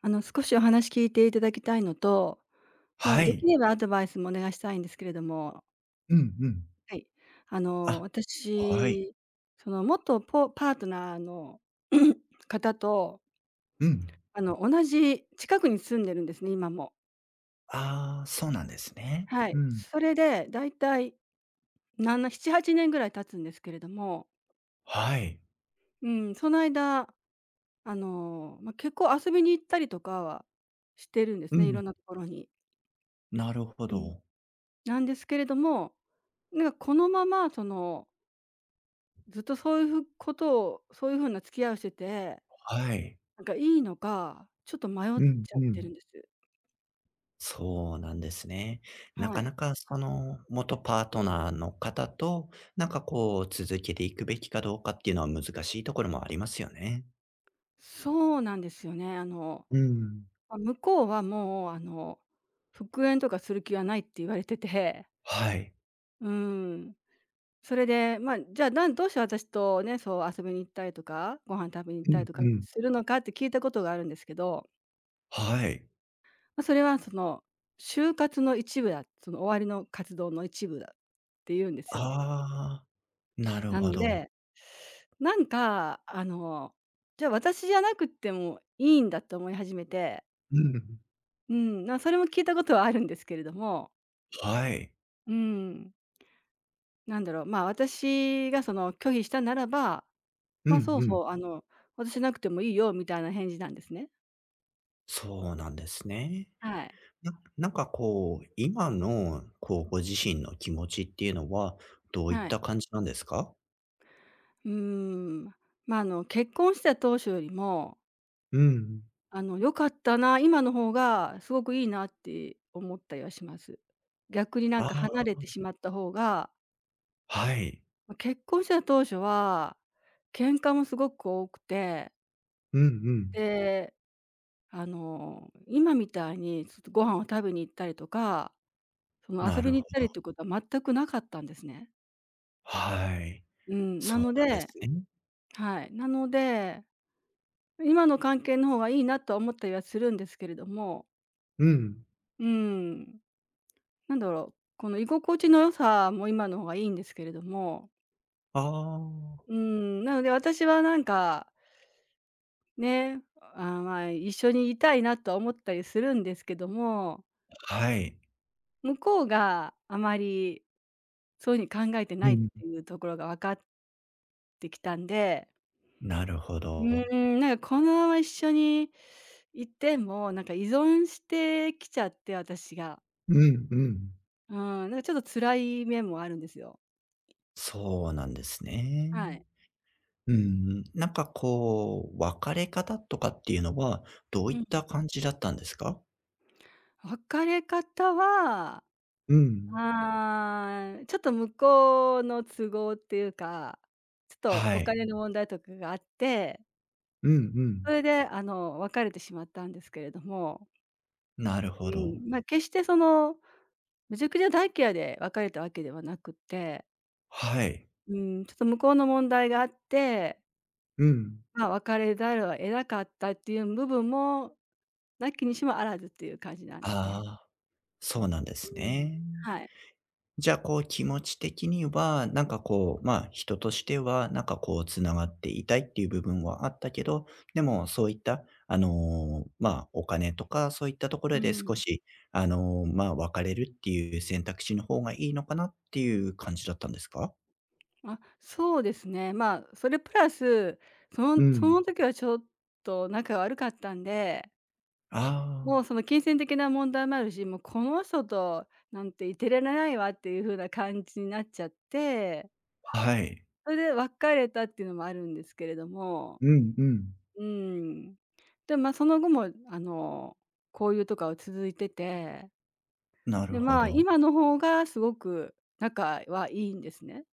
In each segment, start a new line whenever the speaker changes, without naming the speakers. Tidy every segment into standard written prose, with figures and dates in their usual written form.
少しお話聞いていただきたいのと、まあ、
は
でき
い。
ればアドバイスもお願いしたいんですけれども、
うんうん。
はい。
あ、はい。
私、その元ポパートナーの 方と、
うん。
同じ近くに住んでるんですね、今も。
ああ、そうなんですね。
はい。
うん。
それで大いたいなんな7年ぐらい経つんですけれども、
はい。
うん、その間、まあ、結構遊びに行ったりとかはしてるんで
う
すね、いろ
ん。
んなところに。
なるほ
うん。
ど。
なんですけれども、このままその、ずっとそういうふことをそういう風な付き合いをしてて、
はい。
なんかいいのか、ちょっと迷っ
うん
ちゃっ
う
てる
ん。
んです。
そうなんですね。な
は
かな
い。
かその、元パートナーの方と、なんかこう続けていくべきかどうかっていうのは難しいところもありますよね。
そうなんですよね。
うん。
ま、向こうはもう復縁とかする気はないって言われてて、
はい。
うーん。それで、ま、じゃあ、どうして私とね、そう遊びに行ったりとか、ご飯食べに行っ
う
たり
ん
とか
うん。
するのかって聞いたことがあるんですけど、
はい。
ま、それはその就活の一部だ、その終わりの活動の一部だって言うんですよ。
ああ、なる
な
ほ
の
ど。
で、なんか、じゃあ私じゃなくってもいいんだって思い始めて、
うん。
うん、それも聞いたことはあるんですけれども、
はい。
うん、なんだろう、まあ、私がその拒否したならば、
う
まあ、
ん
そう
うん。
そう、私じゃなくてもいいよみたいな返事なんですね。
そうなんですね。
はい。
ななんかこう、今のこう、ご自身の気持ちっていうのは、どういっ
はい。
た感じなんですか？
うーん。まあ、結婚した当初よりも、
うんうん。
良かったな、今の方がすごくいいなって思ったりはします。逆にな
あ
んか
あ、
離れてしまった方が、
はい。
ま、結婚してた当初は、喧嘩もすごく多くて、
うんうん。
で、今みたいにちょっとご飯を食べに行ったりとか、その
な
遊び
るほ
に行ったり
ど。
っていうことは全くなかったんですね。
はい。
うん、な
そう
の
なんで
で、
すね。
はい、なので、今の関係の方がいいなとは思ったりはするんですけれども、
うん。
うーん、なんだろう、この居心地の良さも今の方がいいんですけれども、
あ
う
あ、
ーん、なので私はなんか、ね、まあ、一緒にいたいなとは思ったりするんですけども、
はい。
向こうがあまりそういうふうに考えて
う
ないっ
ん。
ていうところが分かってきたんで、
なるほ
うー
ど。
ん、なんかこのまま一緒にいても、なんか依存してきちゃって、私が。
うんうん。
うん、なんかちょっと辛い面もあるんですよ。
そうなんですね。
はい。
うん、なんかこう、別れ方とかっていうのは、どうい
う
っ
ん。
た感じだったんですか？
別れ方は、
うん。
ああ、ちょっと向こうの都合っていうか、ちょっと
は
お
い。
金の問題とかがあって、
うんう
そ
ん。
れで、別れてしまったんですけれども、
なる
う
ほど。
ん、ま、決してその、めちゃくちゃ大嫌いで別れたわけではなくて、
はい。
うん、ちょっと向こうの問題があって、
うん。
まあ、別れざるを得なかったっていう部分も、なきにしもあらずっていう感じなんですね。
ああ、そうなんで
う
す
ん。
ね。
はい。
じゃあ、こう、気持ち的には、なんかこう、まあ、人としては、なんかこう、つながっていたいっていう部分はあったけど、でも、そういった、あの、まあ、お金とか、そういったとこ
う
ろで
ん。
少し、あの、まあ、別れるっていう選択肢の方がいいのかなっていう感じだったんですか？
あ、そうですね。まあ、それプラス、そ
う
の、そ
ん。
の時はちょっと仲が悪かったんで、もう、
あ
その金銭的な問題もあるし、もうこの人となんていてれれないわっていう風な感じになっちゃって、
あ、はい。
それで別れたっていうのもあるんですけれども、
うんうん。
うーん。で、ま、その後も交友とかは続いてて、
なる
で、
ほ
まあ、
ど。
今の方がすごく仲はいいんですね。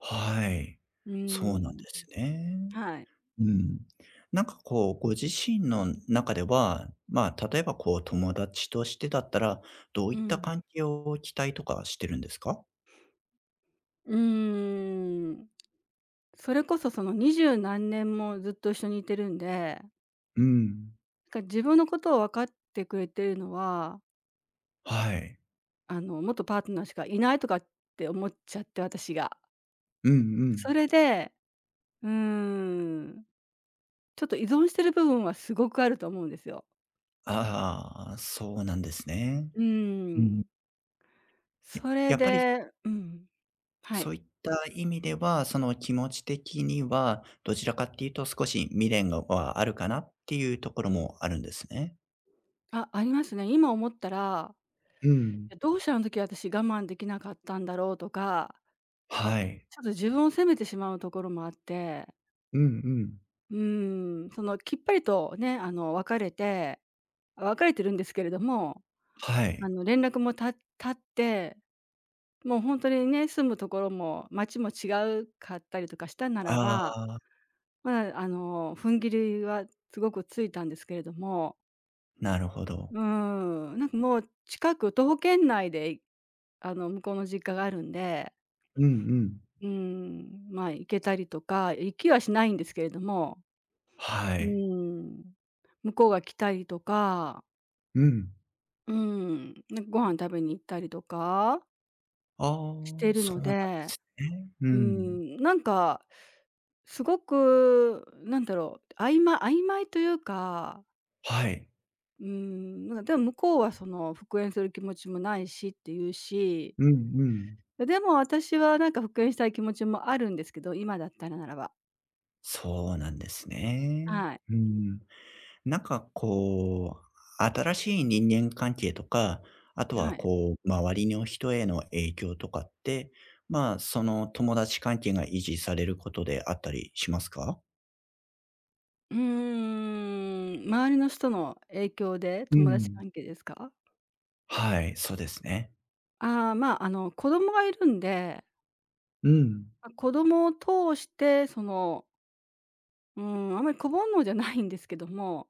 はい。
うー
そうなんで
ん、
すね。
はい。
うん。なんかこう、ご自身の中では、まあ、例えばこう、友達としてだったら、どう
う
いった
ん。
関係を期待とかしてるんですか？
うーん。それこそその20何年もずっと一緒にいてるんで、
うん。
なんか自分のことを分かってくれてるのは、
はい。
元パートナーしかいないとかって思っちゃって、私が。
うんう
そ
ん。
れで、うーん、ちょっと依存してる部分はすごくあると思うんですよ。
ああ、そうなんですね。
うー
うん。
ん。
や
それ
やっぱり
で、うん、は
そう
い。
いった意味では、その気持ち的には、どちらかっていうと少し未練がはあるかなっていうところもあるんですね。
あ、ありますね。今思ったら、
うん。
どうしてあの時私我慢できなかったんだろうとか、
はい。
ちょっと自分を責めてしまうところもあって、
うんうん。
うーん、そのきっぱりとね、あの別れてるんですけれども、
はい。
連絡もたって、もう本当にね、住むところも町も違うかったりとかしたなら
あ
ば、
あ、
まあ、踏ん切りはすごくついたんですけれども、
なるほ
う
ど。
ーん、なんかもう近く、徒歩圏内で、向こうの実家があるんで、
うんうん。
うーん、まあ、行けたりとか、行きはしないんですけれども、
は
うー
い。
ん、向こうが来たりとか、
うん。
うーん、なんかご飯食べに行ったりとか
あ
し
あ、
てる
そ
の
うなんで
で、
すね。う
うー
ん。
ん、なんか、すごく、なんだろう、曖昧というか、
はい。
うーん、なんかでも向こうはその復縁する気持ちもないしって言うし、
うんうん。
でも私はなんか復縁したい気持ちもあるんですけど、今だったらならば。
そうなんですね。
はい。
うん。なんかこう、新しい人間関係とか、あと
は
は
い。
こう、周りの人への影響とかって、まあ、その友達関係が維持されることであったりしますか？
うーん、周りの人の影響で、
う
友達
ん。
関係ですか？
はい、そうですね。
ああ、まあ、子供がいるんで、
うん。
ま、子供を通してその、うーん、あんまり子煩悩じゃないんですけども、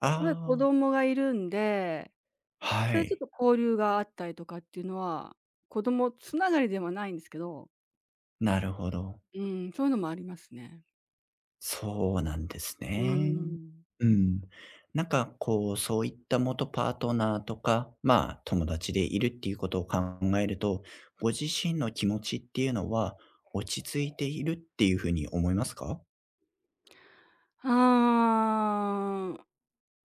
あ
やっぱり子
あ、
供がいるんで、そ
は
れちょっ
い、
と交流があったりとかっていうのは、子供つながりではないんですけど、
なるほど。
うん、そういうのもありますね。
そうなんです
うー
ね。
ん。
うん。なんかこう、そういった元パートナーとか、まあ、友達でいるっていうことを考えると、ご自身の気持ちっていうのは落ち着いているっていうふうに思いますか？
ああ、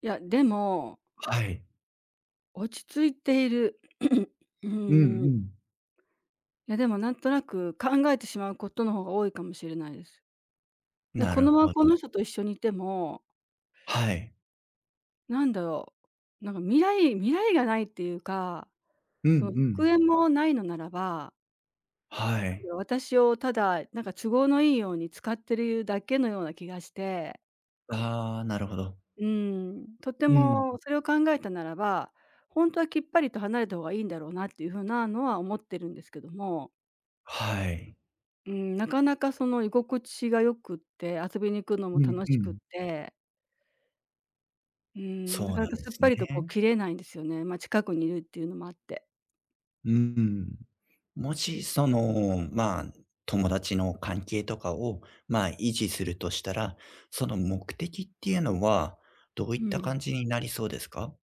いや、でも、
はい。
落ち着いている。う
うんう
ーん。
ん。
いや、でもなんとなく考えてしまうことの方が多いかもしれないです。で、
な
こ
る
のまま
ほ
こ
ど。
の人と一緒にいても、
はい。
なんだろう、なんか未来がないっていうか、
うんう
その、復
ん。
縁もないのならば、
はい。
私をただ、なんか都合のいいように使ってるだけのような気がして、
ああ、なるほど。
うーん、とて
うん。
もそれを考えたならば、ほんとはきっぱりと離れた方がいいんだろうなっていう風なのは思ってるんですけども、
はい。
うーん、なかなかその居心地が良くって、遊びに行くのも
うん
楽
う
しくっ
ん。
て、うーん、な
そう
かな
なん
か
で
すっ
す
ぱ
ね。
りとこう切れないんですよね。ま、近くにいるっていうのもあって。
うん。もし、その、まあ、友達の関係とかを、まあ、維持するとしたら、その目的っていうのは、どう
う
いった
ん。
感じになりそうですか？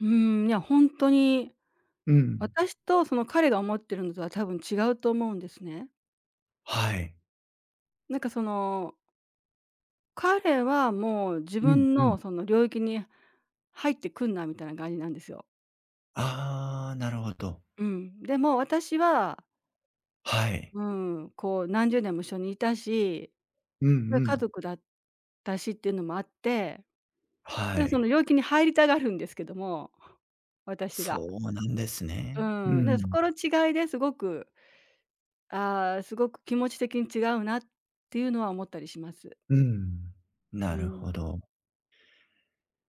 うーん、いやほんとに、
うん。
私とその彼が思ってるのとは多分違うと思うんですね。
はい。
なんかその、彼はもう自
うん
分
うん。
のその領域に入ってくんなみたいな感じなんですよ。
ああ、なるほど。
うん。でも私は、
はい。
うん、こう何十年も一緒にいたし、
うんう
それ家
ん。
族だったしっていうのもあって、
は
で、その
い。
領域に入りたがるんですけども、私が。
そうなんです
う
ね。う
ん、だそ
ん、
この違いですごく、ああ、すごく気持ち的に違うなっていうのは思ったりします。
うん。
う
なるほ
ん。
ど。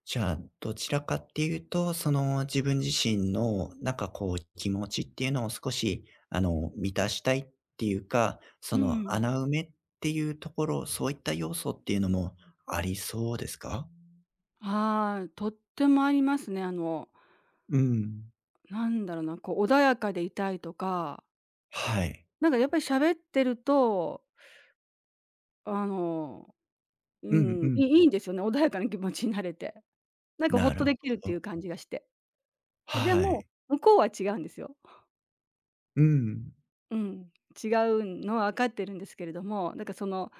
じゃあ、どちらかっていうと、その自分自身のなんかこう気持ちっていうのを少しあの満たしたいっていうか、そ
う
の
ん。
穴埋めっていうところ、そういった要素っていうのもありそうですか？
あい、とってもありますね。あの、
うん。
なんだろうな、こう穏やかでいたいとか、
はい。
なんかやっぱり喋ってると、あの、
う
う
ん
ん、
うん。
いんですよね、穏やかな気持ちになれて。なんかほっ
な
と
るほ
できるってい
ど。
う感じがして。で
は
も、
い。
向こうは違うんですよ。
うん。
うん、違うのは分かってるんですけれども、なんかその、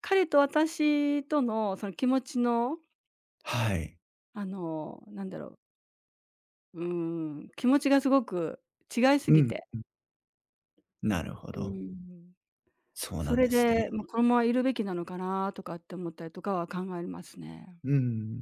彼と私とのその気持ちの、
はい。
なんだろう、うん、気持ちがすごく違いす
う
ぎ
ん。
て。
なるほ
う
ど。
ん。
そう
そ
なん
れ
ですね。
で、ま、このままいるべきなのかなとかって思ったりとかは考えますね。
うん。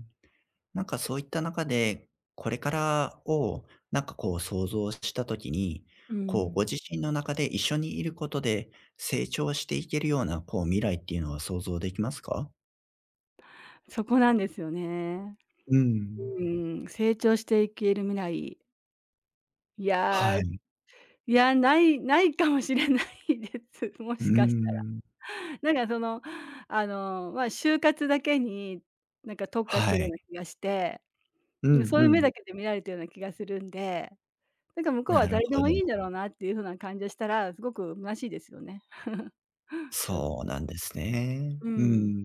なんかそういった中で、これからをなんかこう想像した時に、
う
こう
ん。
ご自身の中で一緒にいることで成長していけるようなこう未来っていうのは想像できますか？
そこなんですよね。
うん。
うーん、成長していける未来、いや、
はい。
いや、ないかもしれないです。も
う
しかし
ん。ん。
たら。なんかその、ま、就活だけになんか特化して
は
るよう
い。
な気がして、
う
なんか
ん
そう
う
いう目だ
ん。
けで見られてるような気がするんで、なんか向こうは
なる
誰で
ほ
もいいん
ど。
だろうなっていう風な感じがしたら、すごく虚しいですよね。正直。
そうなんですね。
う
う
ん、
ん。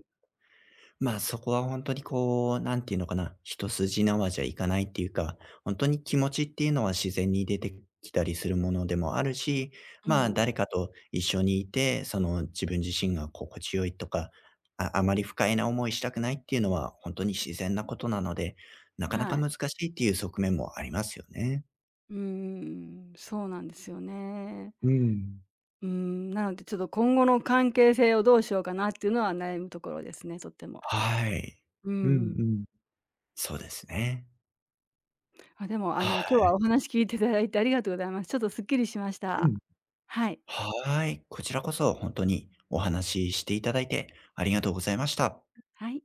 まあ、そこは本当にこう、なんていうのかな、一筋縄じゃいかないっていうか、本当に気持ちっていうのは自然に出てきたりするものでもあるし、
う
まあ、
ん。
誰かと一緒にいて、その、自分自身が心地よいとか、ああまり不快な思いしたくないっていうのは本当に自然なことなので、なかな
は
か
い。
難しいっていう側面もありますよね。
うーん、そうなんですよね。
うん。
うーん、なのでちょっと今後の関係性をどうしようかなっていうのは悩むところですね、とっても。
はい。
う
うん
んうん。
うん。そうですね。
あ、でもあ
は
の今日
い。
はお話聞いていただいてありがとうございます。ちょっとすっきりしまし
う
た。
ん。
はい。
はーい。こちらこそ本当にお話ししていただいてありがとうございました。
はい。